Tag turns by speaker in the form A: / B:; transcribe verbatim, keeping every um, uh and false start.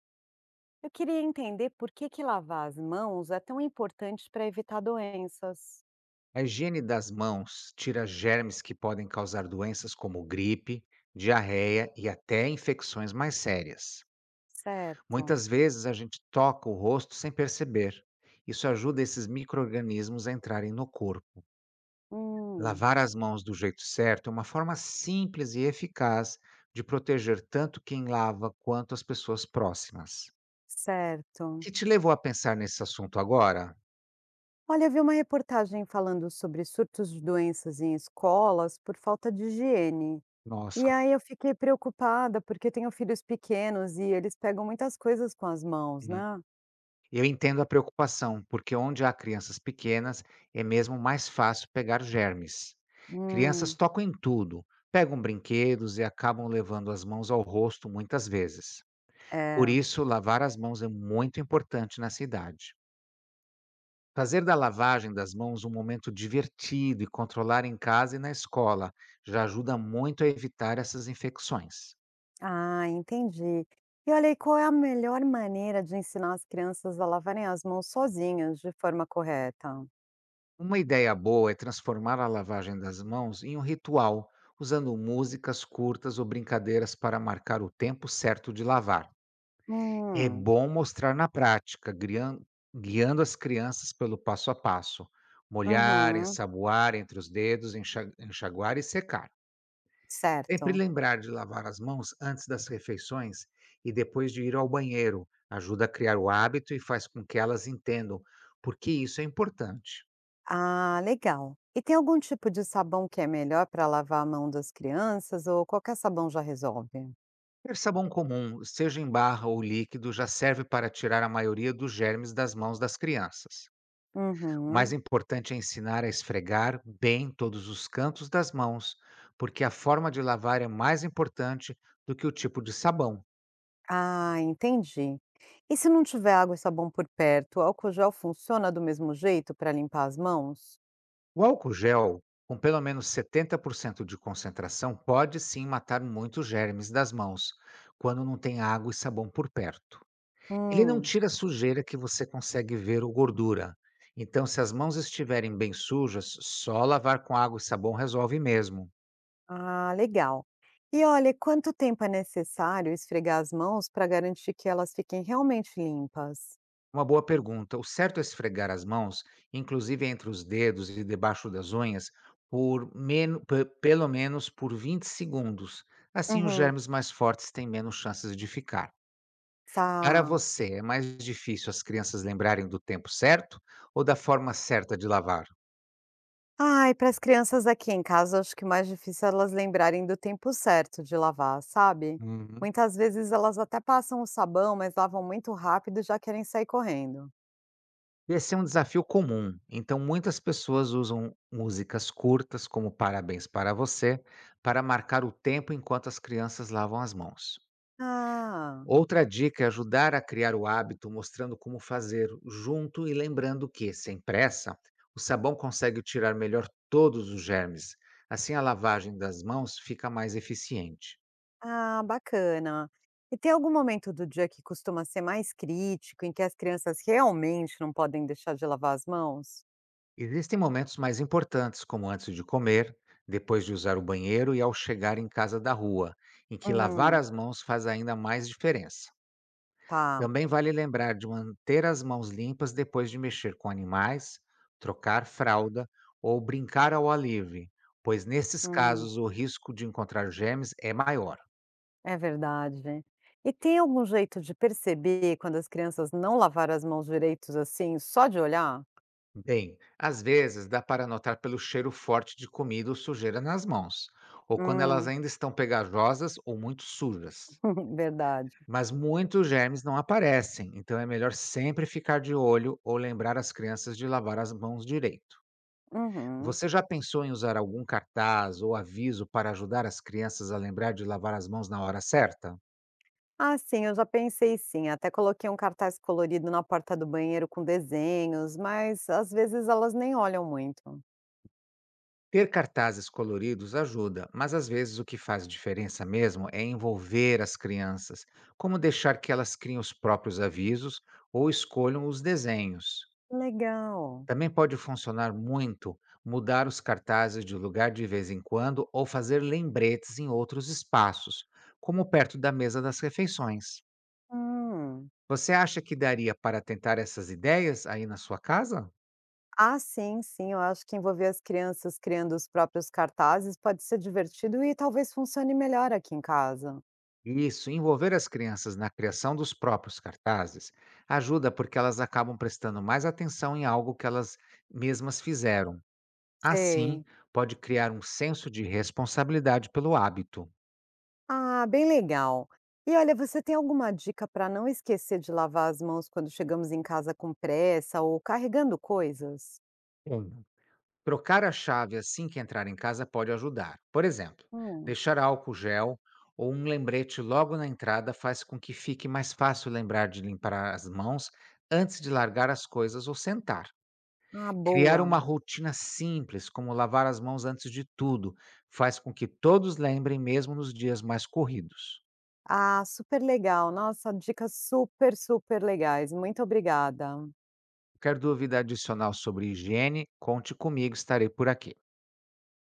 A: Eu queria entender por que que lavar as mãos é tão importante para evitar doenças.
B: A higiene das mãos tira germes que podem causar doenças como gripe, diarreia e até infecções mais sérias.
A: Certo.
B: Muitas vezes a gente toca o rosto sem perceber. Isso ajuda esses micro-organismos a entrarem no corpo.
A: Hum,
B: Lavar as mãos do jeito certo é uma forma simples e eficaz de proteger tanto quem lava quanto as pessoas próximas. O
A: certo.
B: que te levou a pensar nesse assunto agora?
A: Olha, eu vi uma reportagem falando sobre surtos de doenças em escolas por falta de higiene. E
B: Nossa.
A: aí eu fiquei preocupada porque eu tenho filhos pequenos e eles pegam muitas coisas com as mãos,
B: Hum.
A: né?
B: Eu entendo a preocupação, porque onde há crianças pequenas é mesmo mais fácil pegar germes. Crianças
A: Hum,
B: tocam em tudo, pegam brinquedos e acabam levando as mãos ao rosto muitas vezes. Por
A: é.
B: isso, lavar as mãos é muito importante nessa idade. Fazer da lavagem das mãos um momento divertido e controlar em casa e na escola já ajuda muito a evitar essas infecções.
A: Ah, entendi. E olha aí, qual é a melhor maneira de ensinar as crianças a lavarem as mãos sozinhas de forma correta?
B: Uma ideia boa é transformar a lavagem das mãos em um ritual, usando músicas curtas ou brincadeiras para marcar o tempo certo de lavar. É
A: Hum,
B: bom mostrar na prática, grian- guiando as crianças pelo passo a passo. Molhar,
A: uhum,
B: ensaboar entre os dedos, enxa- enxaguar e secar. Sempre
A: certo.
B: lembrar de lavar as mãos antes das refeições e depois de ir ao banheiro. Ajuda a criar o hábito e faz com que elas entendam por que isso é importante.
A: Ah, legal. E tem algum tipo de sabão que é melhor para lavar a mão das crianças ou qualquer sabão já resolve?
B: Ter sabão comum, seja em barra ou líquido, já serve para tirar a maioria dos germes das mãos das crianças. O mais
A: Uhum.
B: importante é ensinar a esfregar bem todos os cantos das mãos, porque a forma de lavar é mais importante do que o tipo de sabão.
A: Ah, entendi. E se não tiver água e sabão por perto, o álcool gel funciona do mesmo jeito para limpar as mãos?
B: O álcool gel, com pelo menos setenta por cento de concentração, pode sim matar muitos germes das mãos, quando não tem água e sabão por perto. Ele não
A: Hum,
B: tira sujeira que você consegue ver ou gordura. Então, se as mãos estiverem bem sujas, só lavar com água e sabão resolve mesmo.
A: ah, legal. E olha, quanto tempo é necessário esfregar as mãos para garantir que elas fiquem realmente limpas?
B: Uma boa pergunta. O certo é esfregar as mãos, inclusive entre os dedos e debaixo das unhas, por men- pe- pelo menos por vinte segundos. Assim, os
A: Uhum,
B: germes mais fortes têm menos chances de ficar. Para
A: tá.
B: você, é mais difícil as crianças lembrarem do tempo certo ou da forma certa de lavar?
A: Ai, para as crianças aqui em casa, acho que o mais difícil é elas lembrarem do tempo certo de lavar, sabe?
B: Uhum.
A: Muitas vezes elas até passam o sabão, mas lavam muito rápido e já querem sair correndo.
B: Esse é um desafio comum, então muitas pessoas usam músicas curtas, como Parabéns para Você, para marcar o tempo enquanto as crianças lavam as mãos.
A: Ah,
B: Outra dica é ajudar a criar o hábito mostrando como fazer junto e lembrando que, sem pressa, o sabão consegue tirar melhor todos os germes. Assim, a lavagem das mãos fica mais eficiente.
A: ah, bacana. E tem algum momento do dia que costuma ser mais crítico, em que as crianças realmente não podem deixar de lavar as mãos?
B: Existem momentos mais importantes, como antes de comer, depois de usar o banheiro e ao chegar em casa da rua, em que lavar
A: Hum,
B: as mãos faz ainda mais diferença.
A: tá.
B: Também vale lembrar de manter as mãos limpas depois de mexer com animais, trocar fralda ou brincar ao ar livre, pois nesses
A: Hum,
B: casos o risco de encontrar germes é maior.
A: é verdade. E tem algum jeito de perceber quando as crianças não lavaram as mãos direitos assim, só de olhar?
B: Bem, às vezes dá para notar pelo cheiro forte de comida ou sujeira nas mãos, ou quando elas
A: Hum,
B: ainda estão pegajosas ou muito sujas.
A: verdade.
B: Mas muitos germes não aparecem, então é melhor sempre ficar de olho ou lembrar as crianças de lavar as mãos direito.
A: Uhum.
B: Você já pensou em usar algum cartaz ou aviso para ajudar as crianças a lembrar de lavar as mãos na hora certa?
A: Ah, sim, eu já pensei sim, até coloquei um cartaz colorido na porta do banheiro com desenhos, mas às vezes elas nem olham muito.
B: Ter cartazes coloridos ajuda, mas às vezes o que faz diferença mesmo é envolver as crianças, como deixar que elas criem os próprios avisos ou escolham os desenhos.
A: Legal.
B: Também pode funcionar muito mudar os cartazes de lugar de vez em quando ou fazer lembretes em outros espaços, como perto da mesa das refeições.
A: Hum.
B: Você acha que daria para tentar essas ideias aí na sua casa?
A: Ah, sim, sim, eu acho que envolver as crianças criando os próprios cartazes pode ser divertido e talvez funcione melhor aqui em casa.
B: Isso, envolver as crianças na criação dos próprios cartazes ajuda porque elas acabam prestando mais atenção em algo que elas mesmas fizeram. Assim,
A: Sei.
B: pode criar um senso de responsabilidade pelo hábito.
A: Ah, bem legal. E olha, você tem alguma dica para não esquecer de lavar as mãos quando chegamos em casa com pressa ou carregando coisas?
B: Sim. Trocar a chave assim que entrar em casa pode ajudar. Por exemplo,
A: Hum.
B: deixar álcool gel ou um lembrete logo na entrada faz com que fique mais fácil lembrar de limpar as mãos antes de largar as coisas ou sentar.
A: Ah,
B: Criar
A: boa.
B: uma rotina simples, como lavar as mãos antes de tudo, faz com que todos lembrem mesmo nos dias mais corridos.
A: Ah, super legal. Nossa, dicas super, super legais. Muito obrigada.
B: Quer dúvida adicional sobre higiene? Conte comigo, estarei por aqui.